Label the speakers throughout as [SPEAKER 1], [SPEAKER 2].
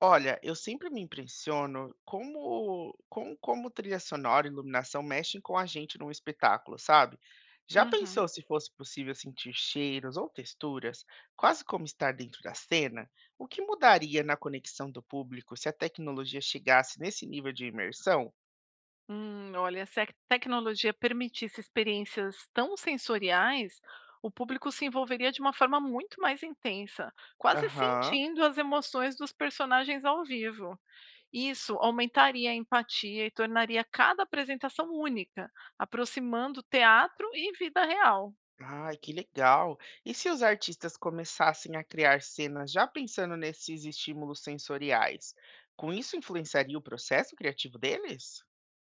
[SPEAKER 1] Olha, eu sempre me impressiono como com como trilha sonora e iluminação mexem com a gente num espetáculo, sabe? Já
[SPEAKER 2] Uhum.
[SPEAKER 1] pensou se fosse possível sentir cheiros ou texturas, quase como estar dentro da cena? O que mudaria na conexão do público se a tecnologia chegasse nesse nível de imersão?
[SPEAKER 2] Olha, se a tecnologia permitisse experiências tão sensoriais, o público se envolveria de uma forma muito mais intensa, quase
[SPEAKER 1] Aham.
[SPEAKER 2] sentindo as emoções dos personagens ao vivo. Isso aumentaria a empatia e tornaria cada apresentação única, aproximando teatro e vida real.
[SPEAKER 1] Ai, que legal. E se os artistas começassem a criar cenas já pensando nesses estímulos sensoriais? Com isso influenciaria o processo criativo deles?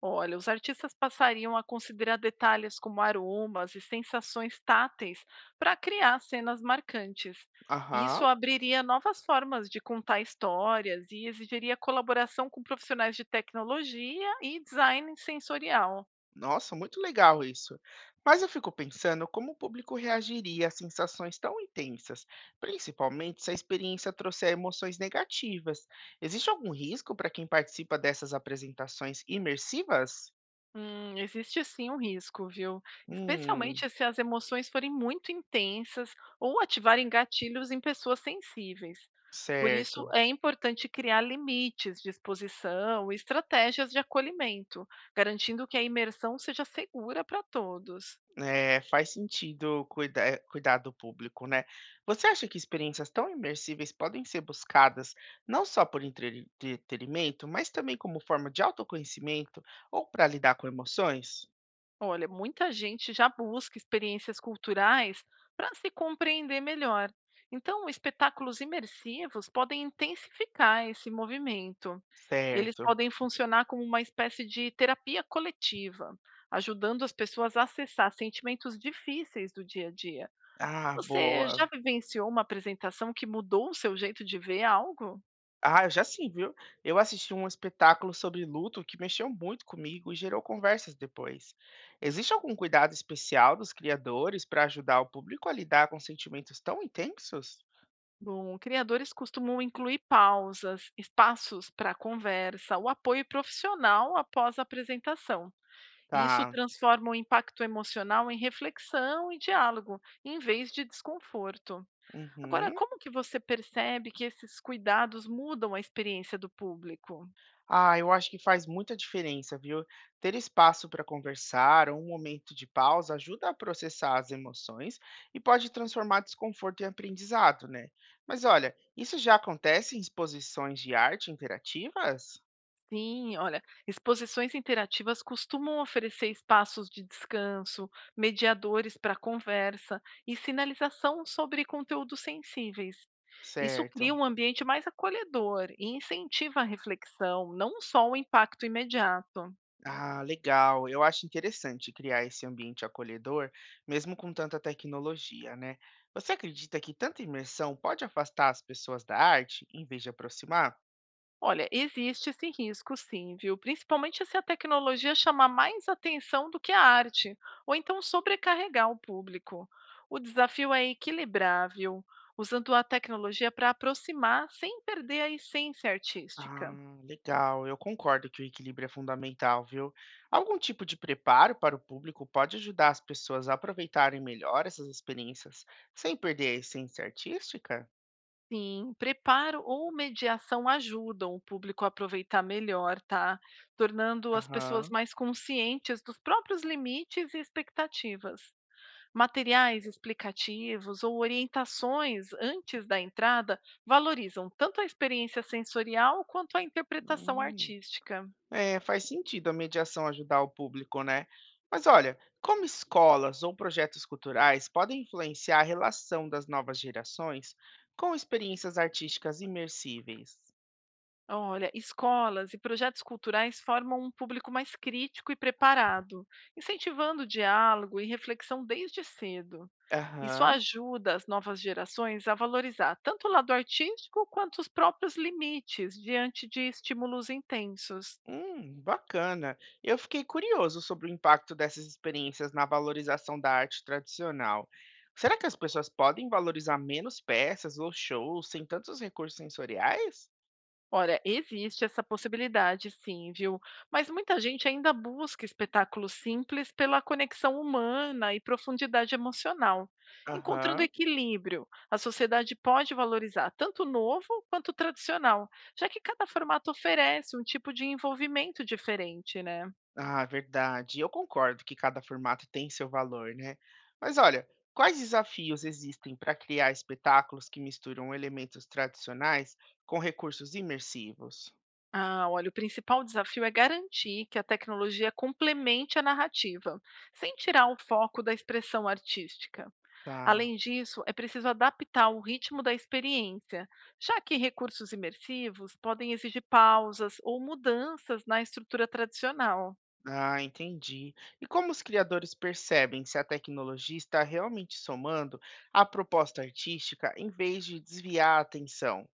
[SPEAKER 2] Olha, os artistas passariam a considerar detalhes como aromas e sensações táteis para criar cenas marcantes. E isso
[SPEAKER 1] Aham.
[SPEAKER 2] abriria novas formas de contar histórias e exigiria colaboração com profissionais de tecnologia e design sensorial.
[SPEAKER 1] Nossa, muito legal isso. Mas eu fico pensando como o público reagiria a sensações tão intensas, principalmente se a experiência trouxer emoções negativas. Existe algum risco para quem participa dessas apresentações imersivas?
[SPEAKER 2] Existe sim um risco, viu?
[SPEAKER 1] Hum,
[SPEAKER 2] Especialmente se as emoções forem muito intensas ou ativarem gatilhos em pessoas sensíveis. Por isso,
[SPEAKER 1] certo.
[SPEAKER 2] é importante criar limites de exposição e estratégias de acolhimento, garantindo que a imersão seja segura para todos.
[SPEAKER 1] É, faz sentido cuidar, cuidar do público, né? Você acha que experiências tão imersíveis podem ser buscadas não só por entretenimento, mas também como forma de autoconhecimento ou para lidar com emoções?
[SPEAKER 2] Olha, muita gente já busca experiências culturais para se compreender melhor. Então, espetáculos imersivos podem intensificar esse movimento. Eles
[SPEAKER 1] Certo.
[SPEAKER 2] podem funcionar como uma espécie de terapia coletiva, ajudando as pessoas a acessar sentimentos difíceis do dia a dia.
[SPEAKER 1] Ah,
[SPEAKER 2] Você já
[SPEAKER 1] boa.
[SPEAKER 2] vivenciou uma apresentação que mudou o seu jeito de ver algo?
[SPEAKER 1] Ah, eu já sim, viu? Eu assisti um espetáculo sobre luto que mexeu muito comigo e gerou conversas depois. Existe algum cuidado especial dos criadores para ajudar o público a lidar com sentimentos tão intensos?
[SPEAKER 2] Bom, criadores costumam incluir pausas, espaços para conversa, o apoio profissional após a apresentação. E isso
[SPEAKER 1] Tá.
[SPEAKER 2] transforma o impacto emocional em reflexão e diálogo, em vez de desconforto. Agora,
[SPEAKER 1] Uhum.
[SPEAKER 2] como que você percebe que esses cuidados mudam a experiência do público?
[SPEAKER 1] Ah, eu acho que faz muita diferença, viu? Ter espaço para conversar ou um momento de pausa ajuda a processar as emoções e pode transformar desconforto em aprendizado, né? Mas olha, isso já acontece em exposições de arte interativas?
[SPEAKER 2] Sim, olha, exposições interativas costumam oferecer espaços de descanso, mediadores para conversa e sinalização sobre conteúdos sensíveis. Isso cria
[SPEAKER 1] Certo.
[SPEAKER 2] um ambiente mais acolhedor e incentiva a reflexão, não só o impacto imediato.
[SPEAKER 1] Ah, legal. Eu acho interessante criar esse ambiente acolhedor, mesmo com tanta tecnologia, né? Você acredita que tanta imersão pode afastar as pessoas da arte em vez de aproximar?
[SPEAKER 2] Olha, existe esse risco sim, viu? Principalmente se a tecnologia chamar mais atenção do que a arte, ou então sobrecarregar o público. O desafio é equilibrar, viu? Usando a tecnologia para aproximar sem perder a essência artística.
[SPEAKER 1] Ah, legal. Eu concordo que o equilíbrio é fundamental, viu? Algum tipo de preparo para o público pode ajudar as pessoas a aproveitarem melhor essas experiências sem perder a essência artística?
[SPEAKER 2] Sim, preparo ou mediação ajudam o público a aproveitar melhor, tá? Tornando as pessoas
[SPEAKER 1] Aham.
[SPEAKER 2] mais conscientes dos próprios limites e expectativas. Materiais explicativos ou orientações antes da entrada valorizam tanto a experiência sensorial quanto a interpretação
[SPEAKER 1] Hum.
[SPEAKER 2] artística.
[SPEAKER 1] É, faz sentido a mediação ajudar o público, né? Mas olha, como escolas ou projetos culturais podem influenciar a relação das novas gerações com experiências artísticas imersíveis?
[SPEAKER 2] Olha, escolas e projetos culturais formam um público mais crítico e preparado, incentivando diálogo e reflexão desde cedo. Isso
[SPEAKER 1] Aham.
[SPEAKER 2] ajuda as novas gerações a valorizar tanto o lado artístico quanto os próprios limites diante de estímulos intensos.
[SPEAKER 1] Bacana. Eu fiquei curioso sobre o impacto dessas experiências na valorização da arte tradicional. Será que as pessoas podem valorizar menos peças ou shows sem tantos recursos sensoriais?
[SPEAKER 2] Olha, existe essa possibilidade sim, viu? Mas muita gente ainda busca espetáculos simples pela conexão humana e profundidade emocional. Encontrando
[SPEAKER 1] Aham.
[SPEAKER 2] equilíbrio, a sociedade pode valorizar tanto o novo quanto o tradicional, já que cada formato oferece um tipo de envolvimento diferente, né?
[SPEAKER 1] Ah, verdade. Eu concordo que cada formato tem seu valor, né? Mas olha, quais desafios existem para criar espetáculos que misturam elementos tradicionais com recursos imersivos?
[SPEAKER 2] Ah, olha, o principal desafio é garantir que a tecnologia complemente a narrativa, sem tirar o foco da expressão artística.
[SPEAKER 1] Tá.
[SPEAKER 2] Além disso, é preciso adaptar o ritmo da experiência, já que recursos imersivos podem exigir pausas ou mudanças na estrutura tradicional.
[SPEAKER 1] Ah, entendi. E como os criadores percebem se a tecnologia está realmente somando à proposta artística em vez de desviar a atenção?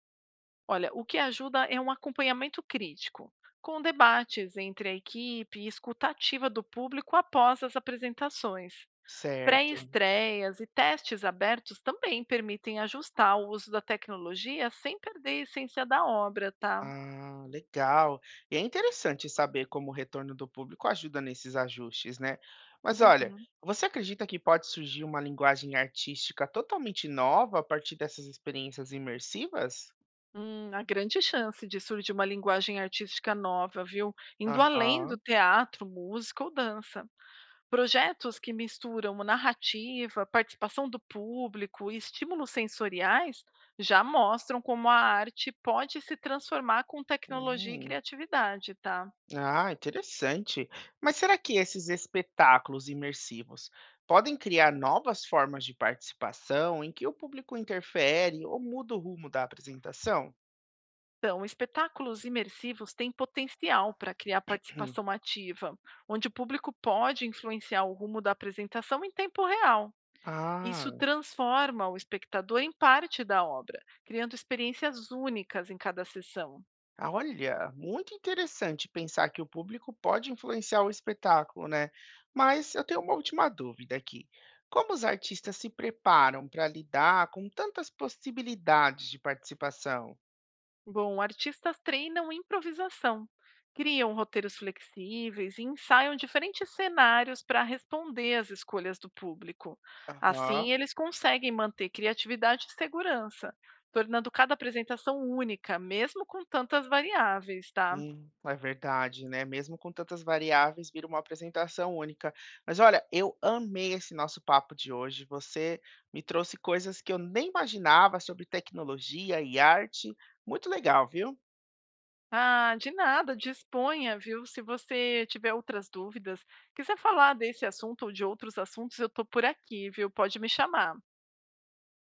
[SPEAKER 2] Olha, o que ajuda é um acompanhamento crítico, com debates entre a equipe e escuta ativa do público após as apresentações.
[SPEAKER 1] Certo.
[SPEAKER 2] Pré-estreias e testes abertos também permitem ajustar o uso da tecnologia sem perder a essência da obra, tá?
[SPEAKER 1] Ah, legal. E é interessante saber como o retorno do público ajuda nesses ajustes, né? Mas olha,
[SPEAKER 2] Uhum.
[SPEAKER 1] você acredita que pode surgir uma linguagem artística totalmente nova a partir dessas experiências imersivas?
[SPEAKER 2] Há grande chance de surgir uma linguagem artística nova, viu? Indo além do
[SPEAKER 1] Aham.
[SPEAKER 2] teatro, música ou dança. Projetos que misturam narrativa, participação do público e estímulos sensoriais já mostram como a arte pode se transformar com tecnologia e
[SPEAKER 1] Hum.
[SPEAKER 2] criatividade, tá?
[SPEAKER 1] Ah, interessante. Mas será que esses espetáculos imersivos podem criar novas formas de participação em que o público interfere ou muda o rumo da apresentação?
[SPEAKER 2] Então, espetáculos imersivos têm potencial para criar
[SPEAKER 1] Hum.
[SPEAKER 2] participação ativa, onde o público pode influenciar o rumo da apresentação em tempo real. Isso
[SPEAKER 1] Ah,
[SPEAKER 2] transforma o espectador em parte da obra, criando experiências únicas em cada sessão.
[SPEAKER 1] ah, olha, muito interessante pensar que o público pode influenciar o espetáculo, né? Mas eu tenho uma última dúvida aqui. Como os artistas se preparam para lidar com tantas possibilidades de participação?
[SPEAKER 2] Bom, artistas treinam improvisação, criam roteiros flexíveis e ensaiam diferentes cenários para responder às escolhas do público. Assim,
[SPEAKER 1] Aham.
[SPEAKER 2] eles conseguem manter criatividade e segurança, tornando cada apresentação única, mesmo com tantas variáveis, tá?
[SPEAKER 1] É verdade, né? Mesmo com tantas variáveis, vira uma apresentação única. Mas olha, eu amei esse nosso papo de hoje. Você me trouxe coisas que eu nem imaginava sobre tecnologia e arte. Muito legal, viu?
[SPEAKER 2] Ah, de nada, disponha, viu? Se você tiver outras dúvidas, quiser falar desse assunto ou de outros assuntos, eu estou por aqui, viu? Pode me chamar.